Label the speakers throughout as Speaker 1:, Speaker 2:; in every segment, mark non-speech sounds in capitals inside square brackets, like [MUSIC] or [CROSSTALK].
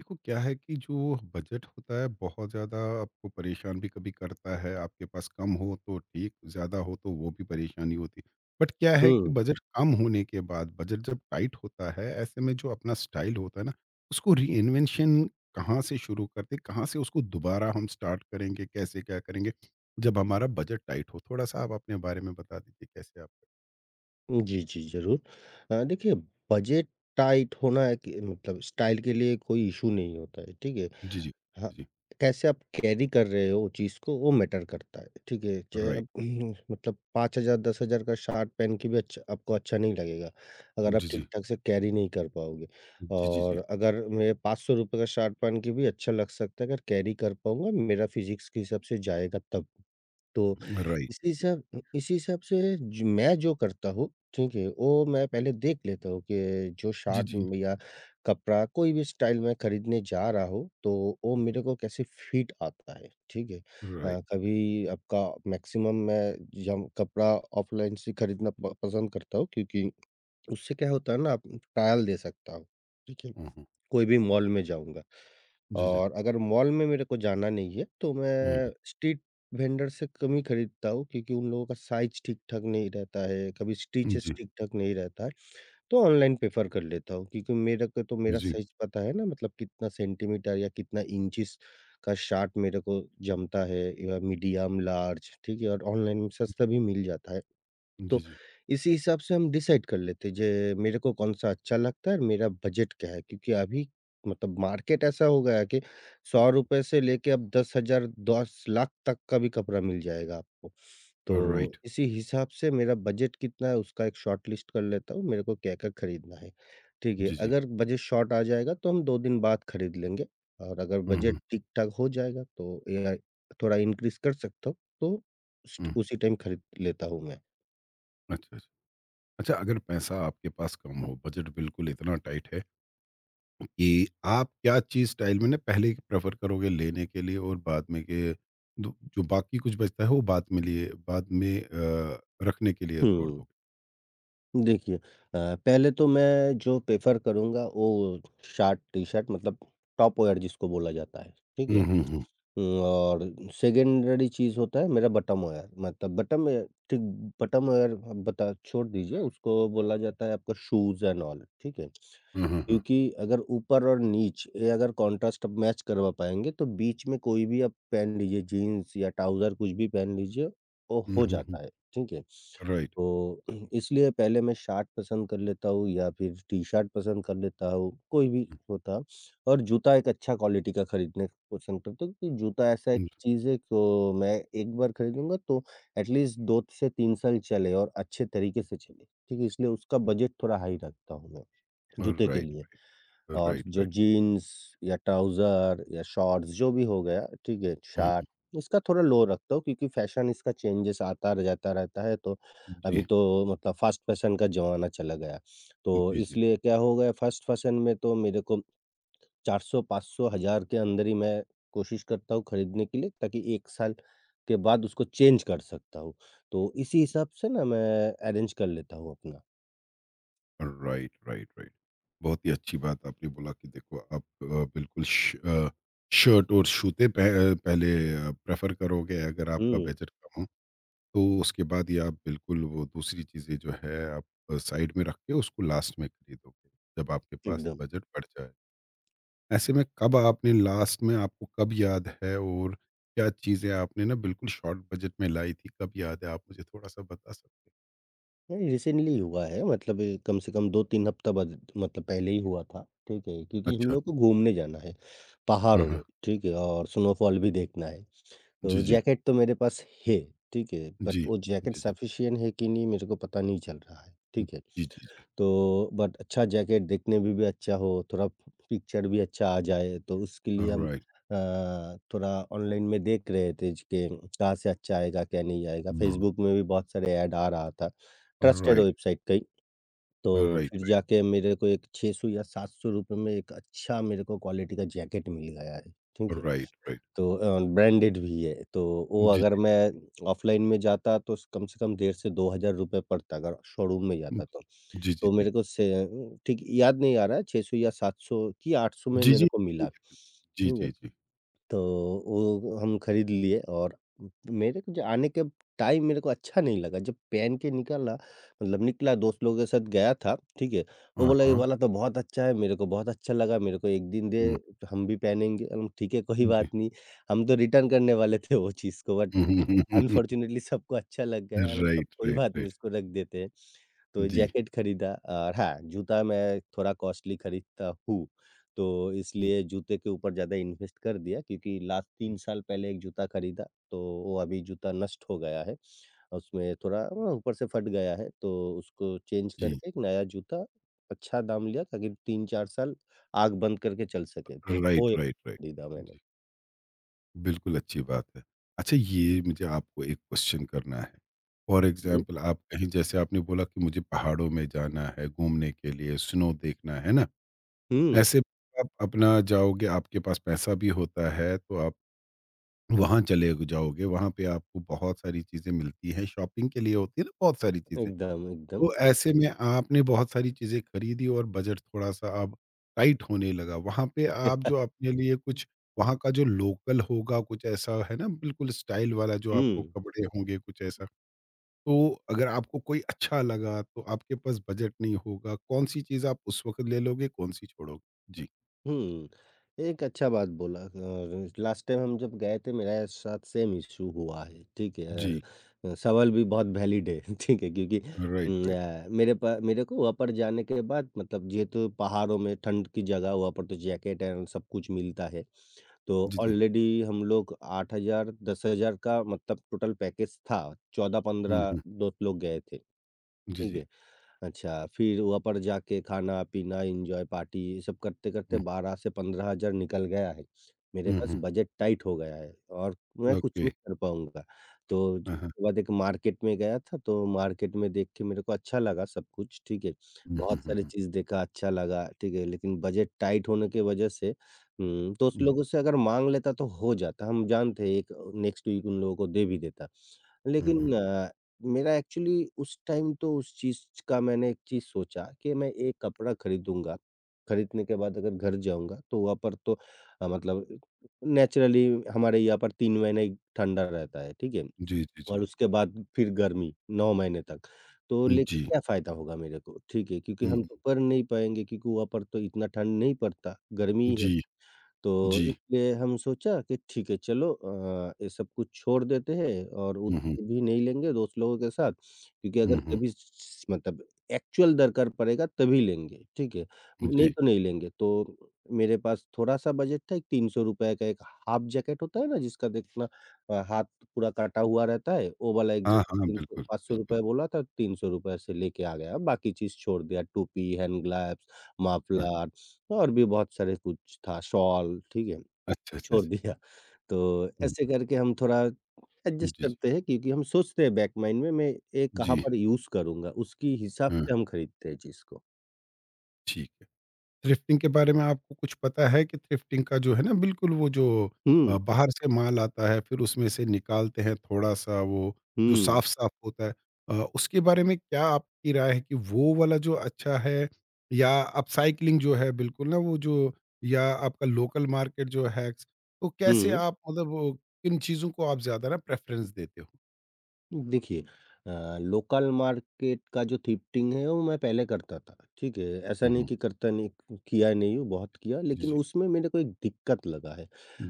Speaker 1: देखो, क्या है कि जो बजट होता है बहुत ज़्यादा आपको परेशान भी कभी करता है। आपके पास कम हो तो ठीक, ज़्यादा हो तो वो भी परेशानी होती है। बट क्या है कि
Speaker 2: हुँ।
Speaker 1: बजट कम होने के बाद, बजट जब टाइट होता है, ऐसे में जो अपना स्टाइल होता है ना, उसको रीइन्वेंशन कहाँ से शुरू करते, कहाँ से उसको दोबारा हम स्टार्ट करेंगे, कैसे क्या करेंगे जब हमारा बजट टाइट हो। थोड़ा सा आप अपने बारे में बता दीजिए कैसे आप।
Speaker 2: जी, जी, ज़रूर। देखिए, बजट टाइट होना एक मतलब स्टाइल के लिए कोई इश्यू नहीं होता है, ठीक है?
Speaker 1: जी जी।
Speaker 2: हाँ,
Speaker 1: जी।
Speaker 2: कैसे आप कैरी कर रहे हो चीज़ को वो मैटर करता है, ठीक है? चाहे
Speaker 1: राइट।
Speaker 2: आप [CLEARS THROAT] मतलब 5,000 10,000 का शर्ट पहन के भी अच्छा, आपको अच्छा नहीं लगेगा, अगर आप
Speaker 1: जी जी।
Speaker 2: ठीक-ठाक से कैरी नहीं कर पाओगे।
Speaker 1: जी जी। जी।
Speaker 2: और अगर मैं ₹500 का शर्ट पहन के भी अच्छा लग सकता है अगर कैरी कर पाऊँगा, मेरा फिज़िक्स के हिसाब से जाएगा तब। तो
Speaker 1: राइट।
Speaker 2: इसी सब इ इसी हिसाब से ज मैं जो करता हूँ, ठीक है? वो मैं पहले देख लेता हूँ कि जो
Speaker 1: जी
Speaker 2: शर्ट
Speaker 1: जी।
Speaker 2: या कपड़ा कोई भी स्टाइल मैं खरीदने जा रहा हूँ, तो वो मेरे को कैसे फिट आता है, ठीक है?
Speaker 1: राइट।
Speaker 2: कभी आपका मैक्सिमम मैं जम कपड़ा ऑफ़लाइन से खरीदना प पसंद करता हूँ क्योंकि उससे क्या होता है ना, आप ट्रायल दे सकता हो, ठीक है?
Speaker 1: हम्म।
Speaker 2: कोई भी मॉल में जाऊँगा
Speaker 1: जी जी।
Speaker 2: और अगर मॉल में मेरे को जाना नहीं है, तो
Speaker 1: हुँ,
Speaker 2: मैं
Speaker 1: हुँ।
Speaker 2: स्ट्रीट वेंडर से कम ही खरीदता हूँ क्योंकि उन लोगों का साइज़ ठीक-ठाक नहीं रहता है, कभी स्टिचेस
Speaker 1: जी,
Speaker 2: ठीक-ठाक नहीं रहता है, तो ऑनलाइन प्रेफ़र कर लेता हूँ क्योंकि मेरे को तो मेरा
Speaker 1: जी,
Speaker 2: साइज़ पता है ना, मतलब कितना सेंटीमीटर या कितना इंचेस का शार्ट मेरे को जमता है या मीडियम, लार्ज, ठीक है, और ऑनलाइन में सस्ता भी मिल जाता है।
Speaker 1: जी,
Speaker 2: तो
Speaker 1: जी।
Speaker 2: इसी हिसाब से हम डिसाइड कर लेते जे मेरे को कौन-सा अच्छा लगता है और मेरा बजट क्या है? क्योंकि अभी मतलब मार्केट ऐसा हो गया है कि ₹100 से लेके अब 10,000 10 लाख तक का भी कपड़ा मिल जाएगा आपको। तो
Speaker 1: राइट,
Speaker 2: इसी हिसाब से मेरा बजट कितना है उसका एक शॉर्ट लिस्ट कर लेता हूँ, मेरे को क्या-क्या खरीदना है। ठीक है,
Speaker 1: जी, जी।
Speaker 2: अगर बजट शॉर्ट आ जाएगा तो हम 2 दिन बाद खरीद लेंगे और अगर
Speaker 1: हुँ,
Speaker 2: बजट
Speaker 1: हुँ,
Speaker 2: ठीक-ठाक हो जाएगा तो या थोड़ा इंक्रीज़ कर सकता हूँ, तो उस
Speaker 1: हुँ।
Speaker 2: उसी टाइम खरीद लेता हूँ मैं।
Speaker 1: अच्छा, अच्छा। अच्छा, अगर पैसा आपके पास कम हो, बजट बिल्कुल इतना टाइट है कि आप क्या चीज़ स्टाइल में ना पहले प्रेफ़र करोगे लेने के लिए, और बाद में के दो जो बाकी कुछ बचता है वो बाद में लिए बाद में रखने के लिए छोड़
Speaker 2: हुँ।
Speaker 1: दोगे?
Speaker 2: देखिए, पहले तो मैं जो प्रेफ़र करूँगा वो शार्ट, टी-शर्ट मतलब टॉप वेयर जिसको बोला जाता है, ठीक
Speaker 1: हुँ,
Speaker 2: है?
Speaker 1: हुँ, हुँ।
Speaker 2: और सेकेंडरी चीज़ होता है मेरा बटम वेयर, मतलब बटम वेयर, ठीक, बटम वेयर अब बता छोड़ दीजिए उसको बोला जाता है आपका शूज़ एंड ऑल, ठीक है?
Speaker 1: हुँ, हुँ, हुँ।
Speaker 2: क्योंकि अगर ऊपर और नीच ये अगर कॉन्ट्रास्ट आप मैच करवा पाएँगे तो बीच में कोई भी आप पहन लीजिए, जीन्स या ट्राउज़र कुछ भी पहन लीजिए, वो
Speaker 1: हुँ,
Speaker 2: हो
Speaker 1: हुँ, हुँ।
Speaker 2: जाता है, ठीक है?
Speaker 1: राइट।
Speaker 2: तो [CLEARS THROAT] इसलिए पहले मैं शर्ट पसंद कर लेता हूँ या फिर टी-शर्ट पसंद कर लेता हूँ, कोई भी
Speaker 1: हुँ,
Speaker 2: होता। और जूता एक अच्छा क्वालिटी का खरीदने का पसंद करता हूँ क्योंकि जूता ऐसा एक चीज़ है तो मैं एक बार खरीदूँगा तो एटलीस्ट 2 से 3 साल चले और अच्छे तरीके से चले, ठीक है? इसलिए उसका बजट थोड़ा हाई रखता हूँ मैं,
Speaker 1: हुँ।
Speaker 2: जूते के
Speaker 1: राइट,
Speaker 2: लिए। और
Speaker 1: राइट,
Speaker 2: जो
Speaker 1: राइट।
Speaker 2: जीन्स या ट्राउज़र या शॉर्ट्स जो भी हो गया, ठीक है,
Speaker 1: हुँ, हुँ।
Speaker 2: शर्ट, इसका थोड़ा लो रखता हूँ क्योंकि फ़ैशन इसका चेंजेस आता र जाता रहता है, तो अभी
Speaker 1: जी,
Speaker 2: तो मतलब फ़ास्ट फ़ैशन का ज़माना चला गया। तो
Speaker 1: जी, जी।
Speaker 2: इसलिए क्या हो गया फ़ास्ट फ़ैशन में तो मेरे को 400, 500, 1000 के अंदर ही मैं कोशिश करता हूँ खरीदने के लिए ताकि 1 साल के बाद उसको चेंज कर सकता हूँ। तो इसी हिसाब से ना मैं अरेंज कर लेता हूँ अपना।
Speaker 1: Right, right, right. बहुत ही अच्छी बात आपने बोला कि देखो, आप बिल्कुल शर्ट और जूते पह पहले प्रेफ़र करोगे अगर आपका
Speaker 2: हुँ,
Speaker 1: बजट कम हो, तो उसके बाद ये आप बिल्कुल वो दूसरी चीज़ें जो है आप साइड में रख के उसको लास्ट में खरीदोगे, जब आपके पास
Speaker 2: एकदम।
Speaker 1: बजट बढ़ जाए। ऐसे में कब आपने लास्ट में आपको कब याद है और क्या चीज़ें आपने ना बिल्कुल शॉर्ट बजट में लाई थी, कब याद है? आप मुझे थोड़ा-सा बता सकते हैं?
Speaker 2: नहीं, रिसेंटली हुआ है, मतलब कम से कम 2-3 हफ्ता बद मतलब पहले ही हुआ था, ठीक है? क्योंकि हम
Speaker 1: अच्छा।
Speaker 2: लोग को घूमने जाना है,
Speaker 1: हाँ,
Speaker 2: पहाड़ों में,
Speaker 1: हाँ।
Speaker 2: ठीक है? और स्नोफॉल भी देखना है।
Speaker 1: जी,
Speaker 2: तो
Speaker 1: जी।
Speaker 2: जैकेट तो मेरे पास है, ठीक है?
Speaker 1: जी।
Speaker 2: बट वो जैकेट
Speaker 1: जी, जी।
Speaker 2: सफिशिएंट है कि नहीं मेरे को पता नहीं चल रहा है,
Speaker 1: जी,
Speaker 2: ठीक है?
Speaker 1: जी, जी।
Speaker 2: तो बट अच्छा जैकेट देखने में भी अच्छा हो, थोड़ा पिक्चर भी अच्छा आ जाए, तो उसके लिए हम
Speaker 1: ऑलराइट।
Speaker 2: अ, थोड़ा ऑनलाइन में देख रहे थे ज के कहाँ से अच्छा आएगा, क्या नहीं आएगा।
Speaker 1: हाँ,
Speaker 2: फेसबुक में भी बहुत सारे ऐड आ रहा था, ट्रस्टेड
Speaker 1: राइट,
Speaker 2: वेबसाइट का ही, तो
Speaker 1: राइट,
Speaker 2: फिर
Speaker 1: राइट,
Speaker 2: जाके मेरे को एक 600 या ₹700 में एक अच्छा, मेरे को क्वालिटी का जैकेट मिल गया है, ठीक है?
Speaker 1: Right, right.
Speaker 2: तो ब्रांडेड भी है, तो वो
Speaker 1: जी,
Speaker 2: अगर
Speaker 1: जी।
Speaker 2: मैं ऑफ़लाइन में जाता तो कम से कम 1500 से ₹2000 पड़ता, अगर शोरूम में
Speaker 1: हुँ,
Speaker 2: जाता तो।
Speaker 1: जी, जी,
Speaker 2: तो
Speaker 1: जी।
Speaker 2: मेरे को से ठीक याद नहीं आ रहा है, 600 या 700 कि 800 में
Speaker 1: जी,
Speaker 2: मेरे
Speaker 1: जी।
Speaker 2: को मिला,
Speaker 1: जी,
Speaker 2: ठीक है?
Speaker 1: जी, जी।
Speaker 2: तो वो हम खरीद लिए और मेरे को जो आने के टाइम मेरे को अच्छा नहीं लगा जब पहन के निकला, मतलब निकला दोस्त लोगों के साथ गया था, ठीक है। वो
Speaker 1: हाँ,
Speaker 2: बोला ये
Speaker 1: हाँ।
Speaker 2: वाला तो बहुत अच्छा है, मेरे को बहुत अच्छा लगा, मेरे को एक दिन दे
Speaker 1: हुँ,
Speaker 2: तो हम भी पहनेंगे। हम, ठीक है, कोई
Speaker 1: जी।
Speaker 2: बात नहीं। हम तो रिटर्न करने वाले थे वो चीज़ को, but
Speaker 1: [LAUGHS] hmm, hmm, hmm, hmm, hmm.
Speaker 2: Unfortunately सबको अच्छा लग गया, हम तब,
Speaker 1: राइट,
Speaker 2: कोई
Speaker 1: राइट,
Speaker 2: बात नहीं,
Speaker 1: राइट।
Speaker 2: इसको रख देते हैं। तो
Speaker 1: जी।
Speaker 2: जैकेट खरीदा। और हाँ, जूता मैं थोड़ा कॉस्टली खरीदता हूँ, तो
Speaker 1: हुँ,
Speaker 2: इसलिए जूते के ऊपर ज़्यादा इन्वेस्ट कर दिया क्योंकि लास्ट
Speaker 1: हुँ।
Speaker 2: 3 साल पहले एक जूता खरीदा, तो वो अभी जूता नष्ट हो गया है। उसमें थोड़ा ऊपर से फट गया है, तो उसको चेंज
Speaker 1: जी।
Speaker 2: करके एक नया जूता अच्छा दाम लिया ताकि 3-4 साल आँख बंद करके चल सके, तो वो
Speaker 1: राइट,
Speaker 2: एक
Speaker 1: राइट, राइट।
Speaker 2: खरीदा मैंने।
Speaker 1: जी, बिल्कुल अच्छी बात है। अच्छा, ये मुझे आपको एक क्वेश्चन करना है। For
Speaker 2: hmm.
Speaker 1: एग्ज़ाम्पल, आप कहीं जैसे आपने बोला कि मुझे पहाड़ों में जाना है घूमने के लिए, स्नो देखना है ना?
Speaker 2: हुँ,
Speaker 1: ऐसे में आप अपना जाओगे, आपके पास पैसा भी होता है, तो आप वहाँ चले जाओगे, वहाँ पे आपको बहुत सारी चीज़ें मिलती हैं, शॉपिंग के लिए होती है ना बहुत सारी चीज़ें।
Speaker 2: एकदम, एकदम।
Speaker 1: तो ऐसे में आपने बहुत सारी चीज़ें खरीदी और बजट थोड़ा-सा अब टाइट होने लगा, वहाँ पे आप जो
Speaker 2: [LAUGHS]
Speaker 1: अपने लिए कुछ वहाँ का जो लोकल होगा, कुछ ऐसा है ना बिल्कुल स्टाइल वाला जो आपको
Speaker 2: हुँ।
Speaker 1: कपड़े होंगे, कुछ ऐसा। तो अगर आपको कोई अच्छा लगा, तो आपके पास बजट नहीं होगा, कौन-सी चीज़ आप उस वक़्त ले लोगे, कौन-सी छोड़ोगे? जी।
Speaker 2: हुँ, एक अच्छा बात बोला। और लास्ट टाइम हम जब गए थे, मेरे साथ सेम इश्यू हुआ है, ठीक है?
Speaker 1: जी।
Speaker 2: और सवाल भी बहुत वैलिड है, [LAUGHS] ठीक है? क्योंकि
Speaker 1: राइट, राइट।
Speaker 2: मेरे को वहाँ पर जाने के बाद, मतलब जेहेतु पहाड़ों में ठंड की जगह, वहाँ पर तो जैकेट एंड सब कुछ मिलता है। तो
Speaker 1: जी, जी।
Speaker 2: ऑलरेडी हम लोग 8,000 10,000 का, मतलब टोटल पैकेज था,
Speaker 1: हुँ,
Speaker 2: 14-15
Speaker 1: हुँ।
Speaker 2: दोस्त लोग गए थे,
Speaker 1: जी,
Speaker 2: ठीक
Speaker 1: जी।
Speaker 2: है? अच्छा, फिर वहाँ पर जाके खाना-पीना, एन्जॉय, पार्टी, ये सब करते-करते
Speaker 1: हुँ,
Speaker 2: 12 से 15,000 निकल गया है। मेरे
Speaker 1: हुँ,
Speaker 2: पास
Speaker 1: हुँ।
Speaker 2: बजट टाइट हो गया है और मैं कुछ
Speaker 1: ओके।
Speaker 2: नहीं कर पाऊँगा। तो ज
Speaker 1: हाँ, हाँ।
Speaker 2: उसके बाद एक मार्केट में गया था, तो मार्केट में देख के मेरे को अच्छा लगा सब कुछ, ठीक है।
Speaker 1: हुँ, हुँ,
Speaker 2: बहुत
Speaker 1: हुँ,
Speaker 2: सारी
Speaker 1: हुँ।
Speaker 2: चीज़ देखा, अच्छा लगा, ठीक है, लेकिन बजट टाइट होने की वजह से दोस्त
Speaker 1: हुँ,
Speaker 2: लोगों से अगर माँग लेता तो हो जाता। हम जानते हैं एक नेक्स्ट वीक उन लोगों को दे भी देता।
Speaker 1: हुँ, हुँ।
Speaker 2: लेकिन मेरा एक्चुअली उस टाइम तो उस चीज़ का मैंने एक चीज़ सोचा कि मैं एक कपड़ा खरीदूँगा। खरीदने के बाद अगर घर जाऊँगा तो वहाँ पर तो मतलब नेचुरली हमारे यहाँ पर 3 महीने ठंडा रहता है, ठीक है?
Speaker 1: जी, जी,
Speaker 2: और
Speaker 1: जी।
Speaker 2: उसके बाद फिर गर्मी 9 महीने तक। तो लेके
Speaker 1: जी।
Speaker 2: क्या फ़ायदा होगा मेरे को? ठीक है, क्योंकि
Speaker 1: हुँ,
Speaker 2: हम
Speaker 1: हुँ।
Speaker 2: तो पढ़ नहीं पाएँगे क्योंकि वहाँ पर तो इतना ठंड नहीं पड़ता, गर्मी ही है।
Speaker 1: जी,
Speaker 2: तो
Speaker 1: जी।
Speaker 2: इसलिए हम सोचा कि ठीक है चलो ये सब कुछ छोड़ देते हैं और
Speaker 1: हुँ, हुँ।
Speaker 2: उधार भी नहीं लेंगे दोस्त लोगों के साथ, क्योंकि
Speaker 1: हुँ,
Speaker 2: अगर
Speaker 1: हुँ।
Speaker 2: कभी मतलब एक्चुअल दरकार पड़ेगा तभी लेंगे, ठीक है,
Speaker 1: जी।
Speaker 2: नहीं तो नहीं लेंगे, तो मेरे पास थोड़ा सा बजट था, एक ₹300 का, एक हाफ जैकेट होता है ना जिसका देखना हाथ पूरा काटा हुआ रहता है, वो वाला एक
Speaker 1: हाँ,
Speaker 2: जैकेट,
Speaker 1: हाँ,
Speaker 2: 300
Speaker 1: बिल्कुल,
Speaker 2: पाँच सौ
Speaker 1: बिल्कुल।
Speaker 2: रुपये बोला था, ₹300 से लेके आ गया, बाकी चीज छोड़ दिया, टोपी, हैंड ग्लव्स,
Speaker 1: हाँ।
Speaker 2: माफलर और भी बहुत सारे कुछ था, शॉल, ठीक है?
Speaker 1: अच्छा, अच्छा,
Speaker 2: छोड़
Speaker 1: अच्छा।
Speaker 2: दिया। तो
Speaker 1: हुँ,
Speaker 2: ऐसे
Speaker 1: हुँ।
Speaker 2: करके हम थोड़ा एडजस्ट
Speaker 1: जी, जी।
Speaker 2: करते हैं क्योंकि हम सोचते हैं बैक माइंड में मैं ये कहाँ
Speaker 1: जी।
Speaker 2: पर यूज़ करूँगा, उसकी हिसाब
Speaker 1: हाँ,
Speaker 2: से हम खरीदते हैं चीज़ को।
Speaker 1: ठीक। थ्रिफ्टिंग के बारे में आपको कुछ पता है कि थ्रिफ्टिंग का जो है ना, बिल्कुल वो जो
Speaker 2: हुँ,
Speaker 1: बाहर से माल आता है, फिर उसमें से निकालते हैं थोड़ा सा वो जो
Speaker 2: हुँ,
Speaker 1: साफ साफ होता है, उसके बारे में क्या आपकी राय है कि वो वाला जो अच्छा है, या अपसाइकलिंग जो है बिल्कुल ना वो जो, या आपका लोकल मार्केट जो है, तो कैसे
Speaker 2: हुँ।
Speaker 1: आप मतलब वो किन चीज़ों को आप ज़्यादा ना प्रेफरेंस देते हो?
Speaker 2: देखिए, लोकल मार्केट का जो थ्रिफ्टिंग है वो मैं पहले करता था, ठीक है? ऐसा
Speaker 1: हुँ,
Speaker 2: नहीं
Speaker 1: हुँ।
Speaker 2: कि करता नहीं, किया नहीं हूँ, बहुत किया,
Speaker 1: जी,
Speaker 2: लेकिन
Speaker 1: जी।
Speaker 2: उसमें मेरे को एक दिक्कत लगा है।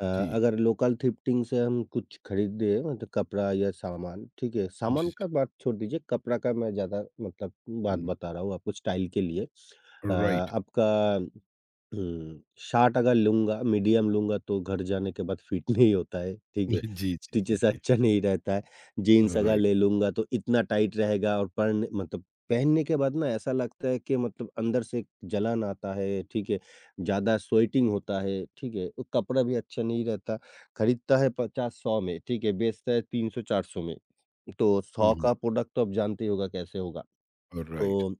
Speaker 1: जी,
Speaker 2: अगर लोकल थ्रिफ्टिंग से हम कुछ खरीदे मतलब कपड़ा या सामान, ठीक है?
Speaker 1: जी,
Speaker 2: सामान का
Speaker 1: जी।
Speaker 2: बात छोड़ दीजिए, कपड़ा का मैं ज़्यादा मतलब बात
Speaker 1: हुँ,
Speaker 2: बता रहा हूँ आपको स्टाइल के लिए।
Speaker 1: राइट।
Speaker 2: आपका हुँ, शार्ट अगर लूँगा, मीडियम लूँगा तो घर जाने के बाद फिट [LAUGHS] नहीं होता है, ठीक है?
Speaker 1: [LAUGHS] जी, जी, जी,
Speaker 2: स्टिचेस
Speaker 1: जी।
Speaker 2: अच्छा नहीं रहता है। जीन्स अगर
Speaker 1: राइट।
Speaker 2: ले लूँगा तो इतना टाइट रहेगा और पहन मतलब पहनने के बाद ना ऐसा लगता है कि मतलब अंदर से एक जलन आता है, ठीक है? ज़्यादा स्वेटिंग होता है, ठीक है? वो कपड़ा भी अच्छा नहीं रहता, खरीदता है 50-100 में, ठीक है? बेचता है 300-400 में। तो
Speaker 1: हुँ,
Speaker 2: 100
Speaker 1: हुँ।
Speaker 2: का प्रोडक्ट तो आप जानते ही होगा कैसे होगा।
Speaker 1: राइट।
Speaker 2: तो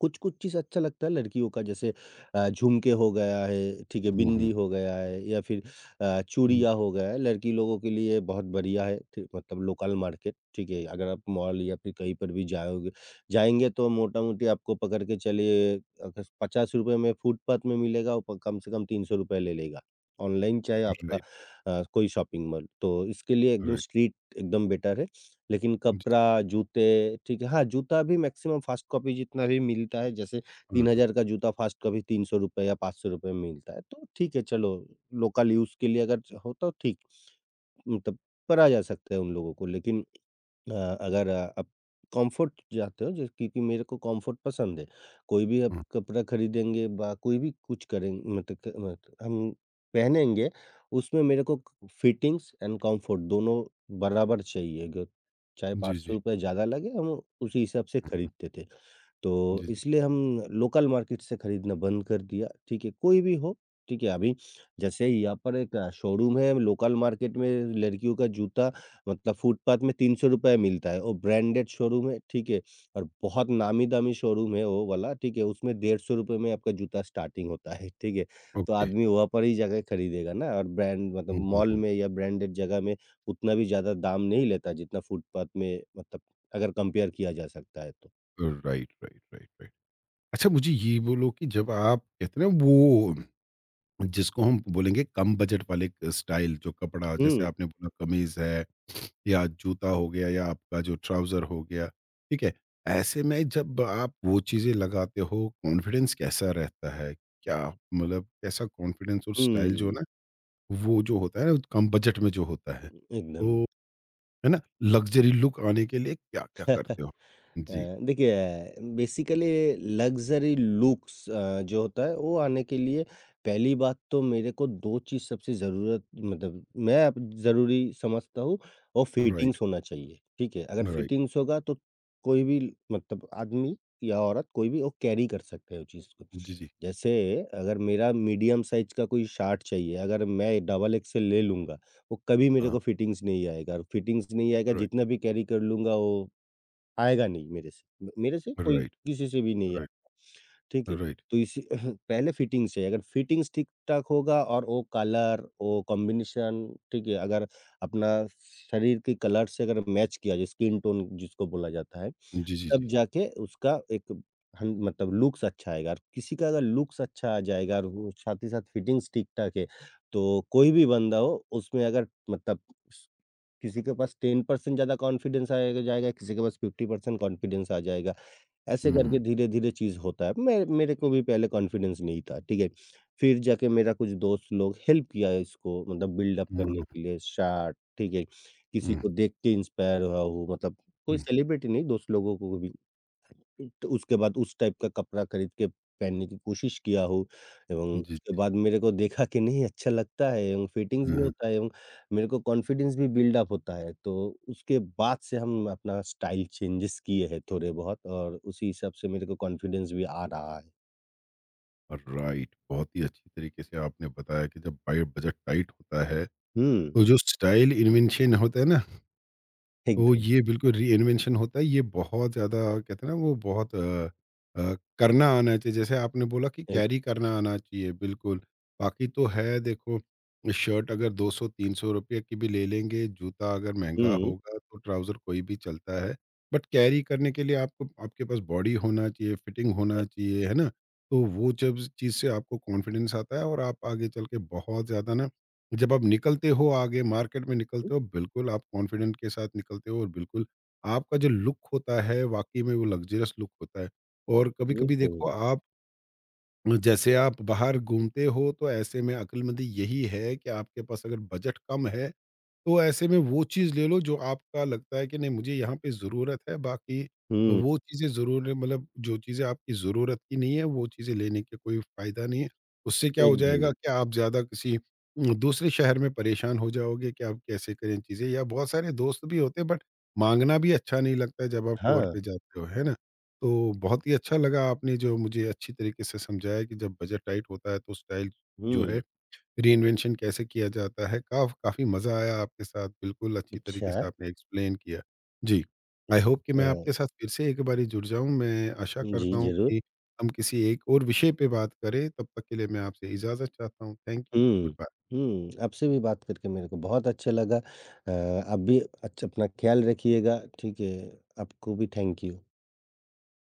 Speaker 2: कुछ-कुछ चीज़ अच्छा लगता है लड़कियों का, जैसे झुमके हो गया है, ठीक है,
Speaker 1: हुँ,
Speaker 2: बिंदी
Speaker 1: हुँ।
Speaker 2: हो गया है या फिर
Speaker 1: हुँ,
Speaker 2: चूड़ियाँ हो गया है, लड़की लोगों के लिए बहुत बढ़िया है, ठीक मतलब लोकल मार्केट, ठीक है? अगर आप मॉल या फिर कहीं पर भी जाओगे जाएँगे तो मोटा-मोटी आपको पकड़ के चलिए। अगर ₹50 में फुटपाथ में मिलेगा, वो कम से कम ₹300 ले लेगा। ऑनलाइन चाहे आपका
Speaker 1: राइट,
Speaker 2: कोई शॉपिंग मॉल, तो इसके लिए एकदम
Speaker 1: राइट।
Speaker 2: स्ट्रीट एकदम बेटर है। लेकिन
Speaker 1: जी।
Speaker 2: कपड़ा, जूते ठीक है। हाँ, जूता भी मैक्सिमम फ़ास्ट कॉपी जितना भी मिलता है, जैसे
Speaker 1: हाँ, हाँ,
Speaker 2: 3000 का जूता फ़ास्ट कॉपी ₹300 या ₹500 में मिलता है। तो ठीक है, चलो लोकल यूज़ के लिए अगर च हो तो ठीक, मतलब करा जा सकता है उन लोगों को। लेकिन अ, अगर आप कंफर्ट चाहते हो, जैसे क्योंकि मेरे को कंफर्ट पसंद है। कोई भी आप
Speaker 1: हाँ।
Speaker 2: कपड़ा खरीदेंगे बा कोई भी कुछ करेंगे, मतलब क मत हम पहनेंगे, उसमें मेरे को क फिटिंग्स एंड कंफर्ट दोनों बराबर चाहिए। ग चाहे
Speaker 1: जी, जी।
Speaker 2: ₹500 ज़्यादा लगे, हम उसी हिसाब से खरीदते थे। तो
Speaker 1: जी, जी।
Speaker 2: इसलिए हम लोकल मार्केट से खरीदना बंद कर दिया, ठीक है? कोई भी हो, ठीक है? अभी जैसे यहाँ पर एक शोरूम है लोकल मार्केट में, लड़कियों का जूता मतलब फुटपाथ में ₹300 मिलता है, और ब्रांडेड शोरूम है, ठीक है? और बहुत नामी-दामी शोरूम है वो वाला, ठीक है? उसमें ₹150 में आपका जूता स्टार्टिंग होता है, [LAUGHS] ठीक है? तो
Speaker 1: ओके।
Speaker 2: आदमी वहाँ पर ही जाके खरीदेगा ना। और ब्रांड मतलब
Speaker 1: हुँ, हुँ,
Speaker 2: मॉल
Speaker 1: हुँ।
Speaker 2: में या ब्रांडेड जगह में उतना भी ज़्यादा दाम नहीं लेता जितना फुटपाथ में, मतलब अगर कंपेयर किया जा सकता है तो।
Speaker 1: Right, right, right, right. अच्छा, मुझे ये बोलो कि जब आप कहते हैं ना वो जिसको हम बोलेंगे कम बजट वाले स्टाइल, जो कपड़ा जैसे
Speaker 2: हुँ,
Speaker 1: आपने बोला कमीज़ है या जूता हो गया या आपका जो ट्राउज़र हो गया, ठीक है? ऐसे में जब आप वो चीज़ें लगाते हो कॉन्फिडेंस कैसा रहता है? क्या मतलब कैसा कॉन्फिडेंस और स्टाइल जो है
Speaker 2: हुँ,
Speaker 1: ना वो जो होता है कम बजट में जो होता है।
Speaker 2: एकदम
Speaker 1: तो
Speaker 2: ही।
Speaker 1: है ना? लग्ज़री लुक आने के लिए क्या-क्या करते हो?
Speaker 2: अ,
Speaker 1: जी,
Speaker 2: देखिए, बेसिकली लग्ज़री लुक्स जो होता है वो आने के लिए, पहली बात तो मेरे को 2 चीज़ सबसे ज़रूरत, मतलब मैं अब ज़रूरी समझता हूँ, वो
Speaker 1: राइट,
Speaker 2: फिटिंग्स होना चाहिए, ठीक है? अगर
Speaker 1: राइट।
Speaker 2: फिटिंग्स होगा तो कोई भी, मतलब आदमी या औरत कोई भी वो कैरी कर सकते हैं वो चीज़ को।
Speaker 1: जी, जी।
Speaker 2: जैसे अगर मेरा मीडियम साइज़ का कोई शर्ट चाहिए, अगर मैं डबल एक्सेल ले लूँगा, वो कभी मेरे
Speaker 1: हाँ,
Speaker 2: को फिटिंग्स नहीं आएगा, और फिटिंग्स नहीं आएगा
Speaker 1: राइट,
Speaker 2: जितना भी कैरी कर लूँगा वो आएगा नहीं मेरे से। मेरे से कोई
Speaker 1: राइट,
Speaker 2: किसी से भी नहीं है,
Speaker 1: राइट,
Speaker 2: ठीक है?
Speaker 1: राइट।
Speaker 2: तो इसी [LAUGHS] पहले फिटिंग्स है, अगर फिटिंग्स ठीक-ठाक होगा और वो कलर, वो कॉम्बिनेशन, ठीक है? अगर अपना शरीर के कलर से अगर मैच किया जाए, स्किन टोन जिसको बोला जाता है,
Speaker 1: जी, जी,
Speaker 2: तब
Speaker 1: जी।
Speaker 2: जाके उसका एक हन मतलब लुक्स अच्छा आएगा। और किसी का अगर लुक्स अच्छा आ जाएगा और वो साथ ही साथ फिटिंग्स ठीक-ठाक है, तो कोई भी बंदा हो, उसमें अगर मतलब किसी के पास 10% ज़्यादा कॉन्फिडेंस आएगा जाएगा, किसी के पास 50% कॉन्फिडेंस आ जाएगा। ऐसे
Speaker 1: हुँ, हुँ।
Speaker 2: करके धीरे-धीरे चीज़ होता है। मैं मेरे को भी पहले कॉन्फिडेंस नहीं था, ठीक है? फिर जाके मेरा कुछ दोस्त लोग हेल्प किया इसको, मतलब बिल्ड अप
Speaker 1: हुँ,
Speaker 2: करने
Speaker 1: हुँ,
Speaker 2: के लिए स्टार्ट, ठीक है? किसी को देख के इंस्पायर हुआ हूँ, मतलब कोई
Speaker 1: हुँ।
Speaker 2: सेलिब्रिटी नहीं, दोस्त लोगों को भी। तो उसके बाद उस टाइप का कपड़ा खरीद के पहनने की कोशिश किया हो, एवं
Speaker 1: जी,
Speaker 2: उसके बाद मेरे को देखा कि नहीं अच्छा लगता है, एवं फिटिंग्स
Speaker 1: हुँ,
Speaker 2: भी
Speaker 1: हुँ।
Speaker 2: होता है, एवं मेरे को कॉन्फिडेंस भी बिल्डअप होता है। तो उसके बाद से हम अपना स्टाइल चेंजेस किए हैं थोड़े बहुत, और उसी हिसाब से मेरे को कॉन्फिडेंस भी आ रहा है।
Speaker 1: राइट, बहुत ही अच्छी तरीके से आपने बताया कि जब बाय बजट टाइट होता है,
Speaker 2: हुँ,
Speaker 1: तो जो स्टाइल इन्वेंशन होता है ना, तो
Speaker 2: एकदम।
Speaker 1: ये बिल्कुल रीइन्वेंशन होता है, ये बहुत ज़्यादा कहते हैं ना वो बहुत करना आना चाहिए। जैसे आपने बोला कि
Speaker 2: एक
Speaker 1: कैरी करना आना चाहिए, बिल्कुल। बाकी तो है देखो, शर्ट अगर 200-300 रुपए की भी ले लेंगे, जूता अगर महँगा
Speaker 2: हुँ,
Speaker 1: होगा तो ट्राउज़र कोई भी चलता है। बट कैरी करने के लिए आपको आपके पास बॉडी होना चाहिए, फिटिंग होना चाहिए, है ना? तो वो जब चीज़ से आपको कॉन्फिडेंस आता है और आप आगे चल के बहुत ज़्यादा ना, जब आप निकलते हो आगे मार्केट में
Speaker 2: हुँ,
Speaker 1: निकलते हो, बिल्कुल आप कॉन्फिडेंट के साथ निकलते हो, और बिल्कुल आपका जो लुक होता है वाकई में वो लग्जरियस लुक होता है। और कभी कभी
Speaker 2: एकदम।
Speaker 1: देखो, आप जैसे आप बाहर घूमते हो तो ऐसे में अक्लमंदी यही है कि आपके पास अगर बजट कम है, तो ऐसे में वो चीज़ ले लो जो आपका लगता है कि नहीं मुझे यहाँ पे ज़रूरत है, बाकी
Speaker 2: हुँ,
Speaker 1: वो चीज़ें ज़रूर मतलब जो चीज़ें आपकी ज़रूरत की नहीं है, वो चीज़ें लेने का कोई फ़ायदा नहीं है। उससे क्या हो
Speaker 2: एकदम।
Speaker 1: जाएगा कि आप ज़्यादा किसी दूसरे शहर में परेशान हो जाओगे कि आप कैसे करें चीज़ें, या बहुत सारे दोस्त भी होते हैं बट माँगना भी अच्छा नहीं लगता है जब आप टूर
Speaker 2: हाँ,
Speaker 1: पे जाते हो, है ना? तो बहुत ही अच्छा लगा आपने जो मुझे अच्छी तरीके से समझाया कि जब बजट टाइट होता है तो स्टाइल जो है
Speaker 2: हुँ।
Speaker 1: रीइन्वेंशन कैसे किया जाता है। काफ़ी मज़ा आया आपके साथ, बिल्कुल अच्छी तरीके
Speaker 2: अच्छा।
Speaker 1: से आपने एक्सप्लेन किया। जी, आई होप कि मैं आपके
Speaker 2: अ,
Speaker 1: साथ फिर से एक बारी जुड़ जाऊँ, मैं आशा
Speaker 2: जी,
Speaker 1: करता हूँ
Speaker 2: ज़रूर।
Speaker 1: कि हम किसी एक और विषय पे बात करें, तब तक के लिए मैं आपसे इजाज़त चाहता हूँ। Thank you, good
Speaker 2: hmm.
Speaker 1: Bye.
Speaker 2: हुँ, आपसे भी बात करके मेरे को बहुत अच्छा लगा। आप भी अच्छा अपना ख़्याल रखिएगा, ठीक है? आपको भी थैंक यू।